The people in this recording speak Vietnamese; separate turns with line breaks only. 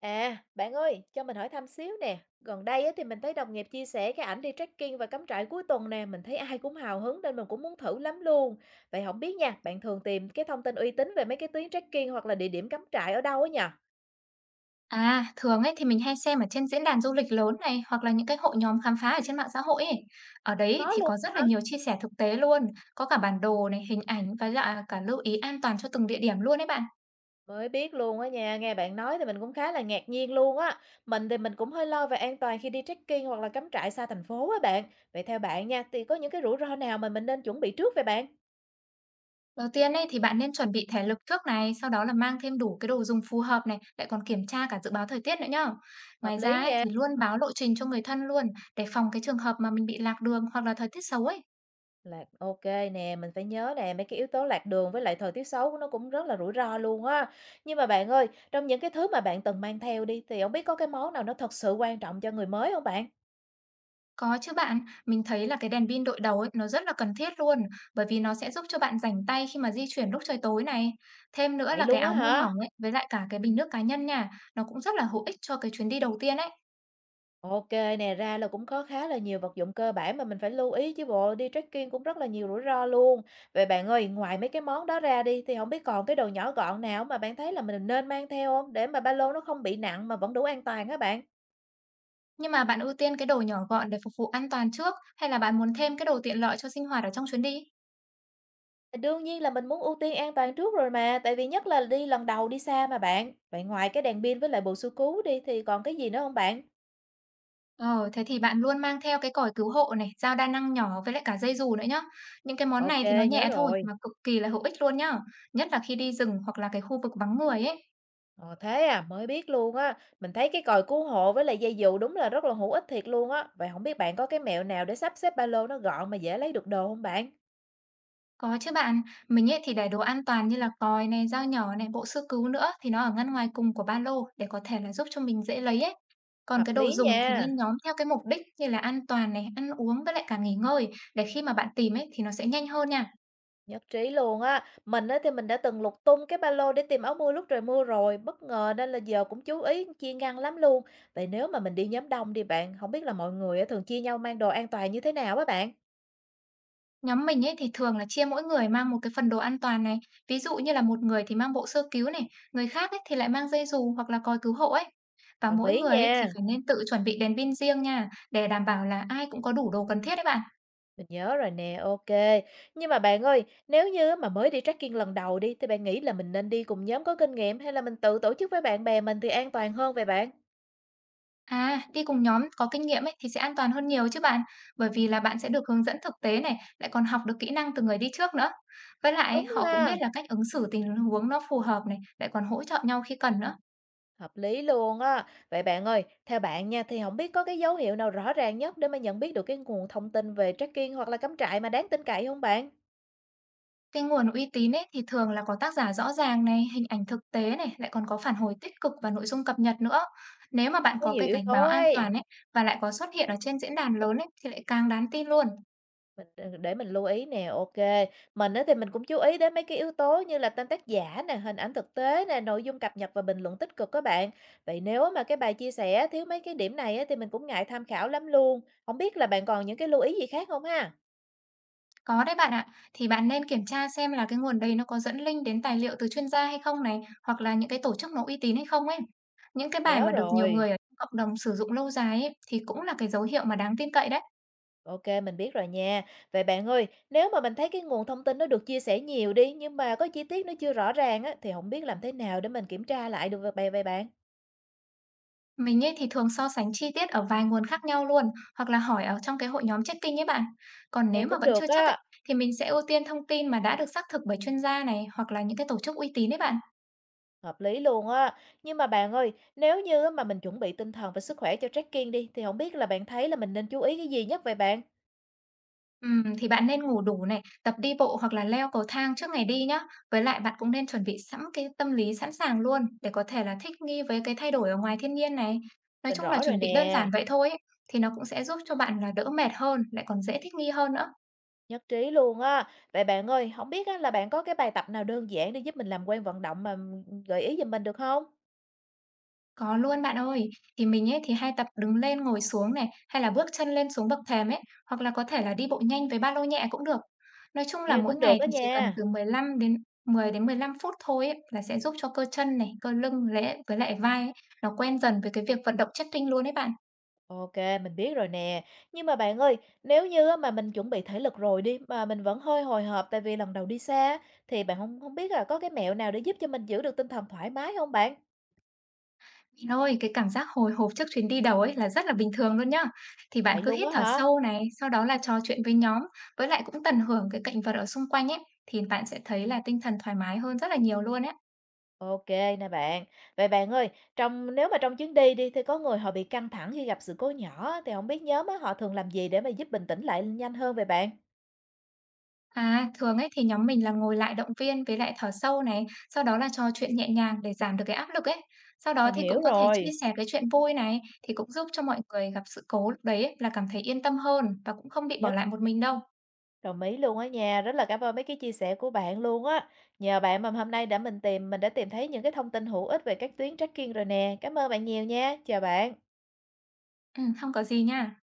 À, bạn ơi, cho mình hỏi thăm xíu nè. Gần đây á, thì mình thấy đồng nghiệp chia sẻ cái ảnh đi trekking và cắm trại cuối tuần nè. Mình thấy ai cũng hào hứng nên mình cũng muốn thử lắm luôn. Vậy không biết nha, bạn thường tìm cái thông tin uy tín về mấy cái tuyến trekking hoặc là địa điểm cắm trại ở đâu á nhờ?
À, thường ấy thì mình hay xem ở trên diễn đàn du lịch lớn này hoặc là những cái hội nhóm khám phá ở trên mạng xã hội ấy. Ở đấy
Có
thì
luôn
có rất là
hả?
nhiều chia sẻ thực tế luôn, có cả bản đồ này, hình ảnh và dạ, cả lưu ý an toàn cho từng địa điểm luôn đấy bạn.
Mới biết luôn á nha, nghe bạn nói thì mình cũng khá là ngạc nhiên luôn á. Mình cũng hơi lo về an toàn khi đi trekking hoặc là cắm trại xa thành phố á bạn. Vậy theo bạn nha, thì có những cái rủi ro nào mà mình nên chuẩn bị trước vậy bạn?
Đầu tiên ấy thì bạn nên chuẩn bị thể lực trước này, sau đó là mang thêm đủ cái đồ dùng phù hợp này, lại còn kiểm tra cả dự báo thời tiết nữa nhá.
Hợp
Ngoài ra
lý
ấy
nha.
thì luôn báo lộ trình cho người thân luôn để phòng cái trường hợp mà mình bị lạc đường hoặc là thời tiết xấu ấy.
Lạc ok nè, mình phải nhớ nè, mấy cái yếu tố lạc đường với lại thời tiết xấu nó cũng rất là rủi ro luôn á. Nhưng mà bạn ơi, trong những cái thứ mà bạn từng mang theo đi, thì không biết có cái món nào nó thật sự quan trọng cho người mới không bạn?
Có chứ bạn, mình thấy là cái đèn pin đội đầu ấy, nó rất là cần thiết luôn, bởi vì nó sẽ giúp cho bạn rảnh tay khi mà di chuyển lúc trời tối này. Thêm nữa
Vậy
là cái
luôn á
áo mưa
hả?
mỏng ấy, với lại cả cái bình nước cá nhân nha, nó cũng rất là hữu ích cho cái chuyến đi đầu tiên ấy.
Ok nè, ra là cũng có khá là nhiều vật dụng cơ bản mà mình phải lưu ý chứ bộ, đi trekking cũng rất là nhiều rủi ro luôn. Vậy bạn ơi, ngoài mấy cái món đó ra đi, thì không biết còn cái đồ nhỏ gọn nào mà bạn thấy là mình nên mang theo không để mà ba lô nó không bị nặng mà vẫn đủ an toàn á bạn?
Nhưng mà bạn ưu tiên cái đồ nhỏ gọn để phục vụ an toàn trước, hay là bạn muốn thêm cái đồ tiện lợi cho sinh hoạt ở trong chuyến đi?
Đương nhiên là mình muốn ưu tiên an toàn trước rồi mà, tại vì nhất là đi lần đầu đi xa mà bạn. Vậy ngoài cái đèn pin với lại bộ xua cứu đi thì còn cái gì nữa không bạn?
Ờ, thế thì bạn luôn mang theo cái còi cứu hộ này, dao đa năng nhỏ với lại cả dây dù nữa nhá. Những cái món này thì nó
OK, nhớ
nhẹ thôi
rồi.
mà cực kỳ là hữu ích luôn nhá. Nhất là khi đi rừng hoặc là cái khu vực vắng người ấy.
Ờ, thế à, mới biết luôn á. Mình thấy cái còi cứu hộ với lại dây dù đúng là rất là hữu ích thiệt luôn á. Vậy không biết bạn có cái mẹo nào để sắp xếp ba lô nó gọn mà dễ lấy được đồ không bạn?
Có chứ bạn, mình ấy thì để đồ an toàn như là còi này, dao nhỏ này, bộ sơ cứu nữa thì nó ở ngăn ngoài cùng của ba lô để có thể là giúp cho mình dễ lấy ấy. Còn
Hợp
cái đồ
lý
dùng thì
nha.
nên nhóm theo cái mục đích như là an toàn này, ăn uống với lại cả nghỉ ngơi để khi mà bạn tìm ấy thì nó sẽ nhanh hơn nha.
Nhất trí luôn á. Mình á thì mình đã từng lục tung cái ba lô để tìm áo mưa lúc trời mưa rồi, bất ngờ nên là giờ cũng chú ý chia ngăn lắm luôn. Vậy nếu mà mình đi nhóm đông đi bạn, không biết là mọi người á thường chia nhau mang đồ an toàn như thế nào á bạn?
Nhóm mình ấy thì thường là chia mỗi người mang một cái phần đồ an toàn này, ví dụ như là một người thì mang bộ sơ cứu này, người khác ấy thì lại mang dây dù hoặc là còi cứu hộ ấy. Và
Đồng
mỗi
ý
người ấy thì
nha.
phải nên tự chuẩn bị đèn pin riêng nha, để đảm bảo là ai cũng có đủ đồ cần thiết đấy bạn.
Mình nhớ rồi nè, ok. Nhưng mà bạn ơi, nếu như mà mới đi trekking lần đầu đi thì bạn nghĩ là mình nên đi cùng nhóm có kinh nghiệm hay là mình tự tổ chức với bạn bè mình thì an toàn hơn vậy bạn?
À, đi cùng nhóm có kinh nghiệm ấy thì sẽ an toàn hơn nhiều chứ bạn, bởi vì là bạn sẽ được hướng dẫn thực tế này, lại còn học được kỹ năng từ người đi trước nữa. Với lại
Đúng
họ cũng
ha.
biết là cách ứng xử tình huống nó phù hợp này, lại còn hỗ trợ nhau khi cần nữa.
Hợp lý luôn á. Vậy bạn ơi, theo bạn nha, thì không biết có cái dấu hiệu nào rõ ràng nhất để mà nhận biết được cái nguồn thông tin về trekking hoặc là cắm trại mà đáng tin cậy không bạn?
Cái nguồn uy tín ấy thì thường là có tác giả rõ ràng này, hình ảnh thực tế này, lại còn có phản hồi tích cực và nội dung cập nhật nữa. Nếu mà bạn
Có
có
nhiều
cái
yếu
cảnh
tố
báo an
ấy,
toàn ấy và lại có xuất hiện ở trên diễn đàn lớn ấy thì lại càng đáng tin luôn.
mình để mình lưu ý nè, ok. Mình á thì mình cũng chú ý đến mấy cái yếu tố như là tên tác giả nè, hình ảnh thực tế nè, nội dung cập nhật và bình luận tích cực các bạn. Vậy nếu mà cái bài chia sẻ thiếu mấy cái điểm này á thì mình cũng ngại tham khảo lắm luôn. Không biết là bạn còn những cái lưu ý gì khác không ha?
Có đấy bạn ạ. Thì bạn nên kiểm tra xem là cái nguồn đấy nó có dẫn link đến tài liệu từ chuyên gia hay không này, hoặc là những cái tổ chức nó uy tín hay không ấy. Những cái bài
Nhớ
mà được nhiều
rồi.
người ở trong cộng đồng sử dụng lâu dài ấy, thì cũng là cái dấu hiệu mà đáng tin cậy đấy.
OK, mình biết rồi nha. Vậy bạn ơi, nếu mà mình thấy cái nguồn thông tin nó được chia sẻ nhiều đi, nhưng mà có chi tiết nó chưa rõ ràng á, thì không biết làm thế nào để mình kiểm tra lại được vậy vậy bạn?
Mình ấy thì thường so sánh chi tiết ở vài nguồn khác nhau luôn, hoặc là hỏi ở trong cái hội nhóm checking ấy bạn. Còn
Nghe
nếu mà
cũng
vẫn
được
chưa chắc ấy,
á,
thì mình sẽ ưu tiên thông tin mà đã được xác thực bởi chuyên gia này, hoặc là những cái tổ chức uy tín đấy bạn.
hợp lý luôn á. Nhưng mà bạn ơi, nếu như á mà mình chuẩn bị tinh thần và sức khỏe cho trekking đi, thì không biết là bạn thấy là mình nên chú ý cái gì nhất vậy bạn?
Thì bạn nên ngủ đủ này, tập đi bộ hoặc là leo cầu thang trước ngày đi nhá. Với lại bạn cũng nên chuẩn bị sẵn cái tâm lý sẵn sàng luôn để có thể là thích nghi với cái thay đổi ở ngoài thiên nhiên này. Nói
Mình
chung là
rõ rồi
chuẩn bị đơn
nè,
giản vậy thôi ấy, thì nó cũng sẽ giúp cho bạn là đỡ mệt hơn, lại còn dễ thích nghi hơn nữa.
nhất trí luôn á. Vậy bạn ơi, không biết á là bạn có cái bài tập nào đơn giản để giúp mình làm quen vận động mà, gợi ý giùm mình được không?
Có luôn bạn ơi. Thì mình ấy thì hay tập đứng lên ngồi xuống này, hay là bước chân lên xuống bậc thềm ấy, hoặc là có thể là đi bộ nhanh với ba lô nhẹ cũng được. Nói chung là
Nghe
mỗi
cũng được
ngày
á
thì chỉ cần
nha.
từ 10 đến 15 phút thôi ấy, là sẽ giúp cho cơ chân này, cơ lưng lẽ với lại vai ấy, nó quen dần với cái việc vận động stretching luôn đấy bạn.
OK, mình biết rồi nè. Nhưng mà bạn ơi, nếu như á mà mình chuẩn bị thể lực rồi đi, mà mình vẫn hơi hồi hộp tại vì lần đầu đi xa á, thì bạn không không biết là có cái mẹo nào để giúp cho mình giữ được tinh thần thoải mái không bạn?
Mình ơi, cái cảm giác hồi hộp trước chuyến đi đầu ấy là rất là bình thường luôn nhá. Thì bạn
Vậy
cứ
luôn
hít
á
thở
hả?
sâu này, sau đó là trò chuyện với nhóm, với lại cũng tận hưởng cái cảnh vật ở xung quanh ấy, thì bạn sẽ thấy là tinh thần thoải mái hơn rất là nhiều luôn ấy.
OK nè bạn. Vậy bạn ơi, trong nếu mà trong chuyến đi đi, thì có người họ bị căng thẳng khi gặp sự cố nhỏ á, thì không biết nhóm á, họ thường làm gì để mà giúp bình tĩnh lại nhanh hơn về bạn?
À, thường ấy thì nhóm mình là ngồi lại động viên với lại thở sâu này, sau đó là trò chuyện nhẹ nhàng để giảm được cái áp lực ấy. Sau đó
Mình
thì cũng
hiểu
có thể chia
rồi.
sẻ cái chuyện vui này thì cũng giúp cho mọi người gặp sự cố lúc đấy ấy, là cảm thấy yên tâm hơn và cũng không bị bỏ
Nhất
lại một mình đâu.
Đồng ý luôn á nha, rất là cảm ơn mấy cái chia sẻ của bạn luôn á. Nhờ bạn mà hôm nay đã mình tìm mình đã tìm thấy những cái thông tin hữu ích về các tuyến trekking rồi nè. Cảm ơn bạn nhiều nha. Chào bạn.
Ừ, không có gì nha.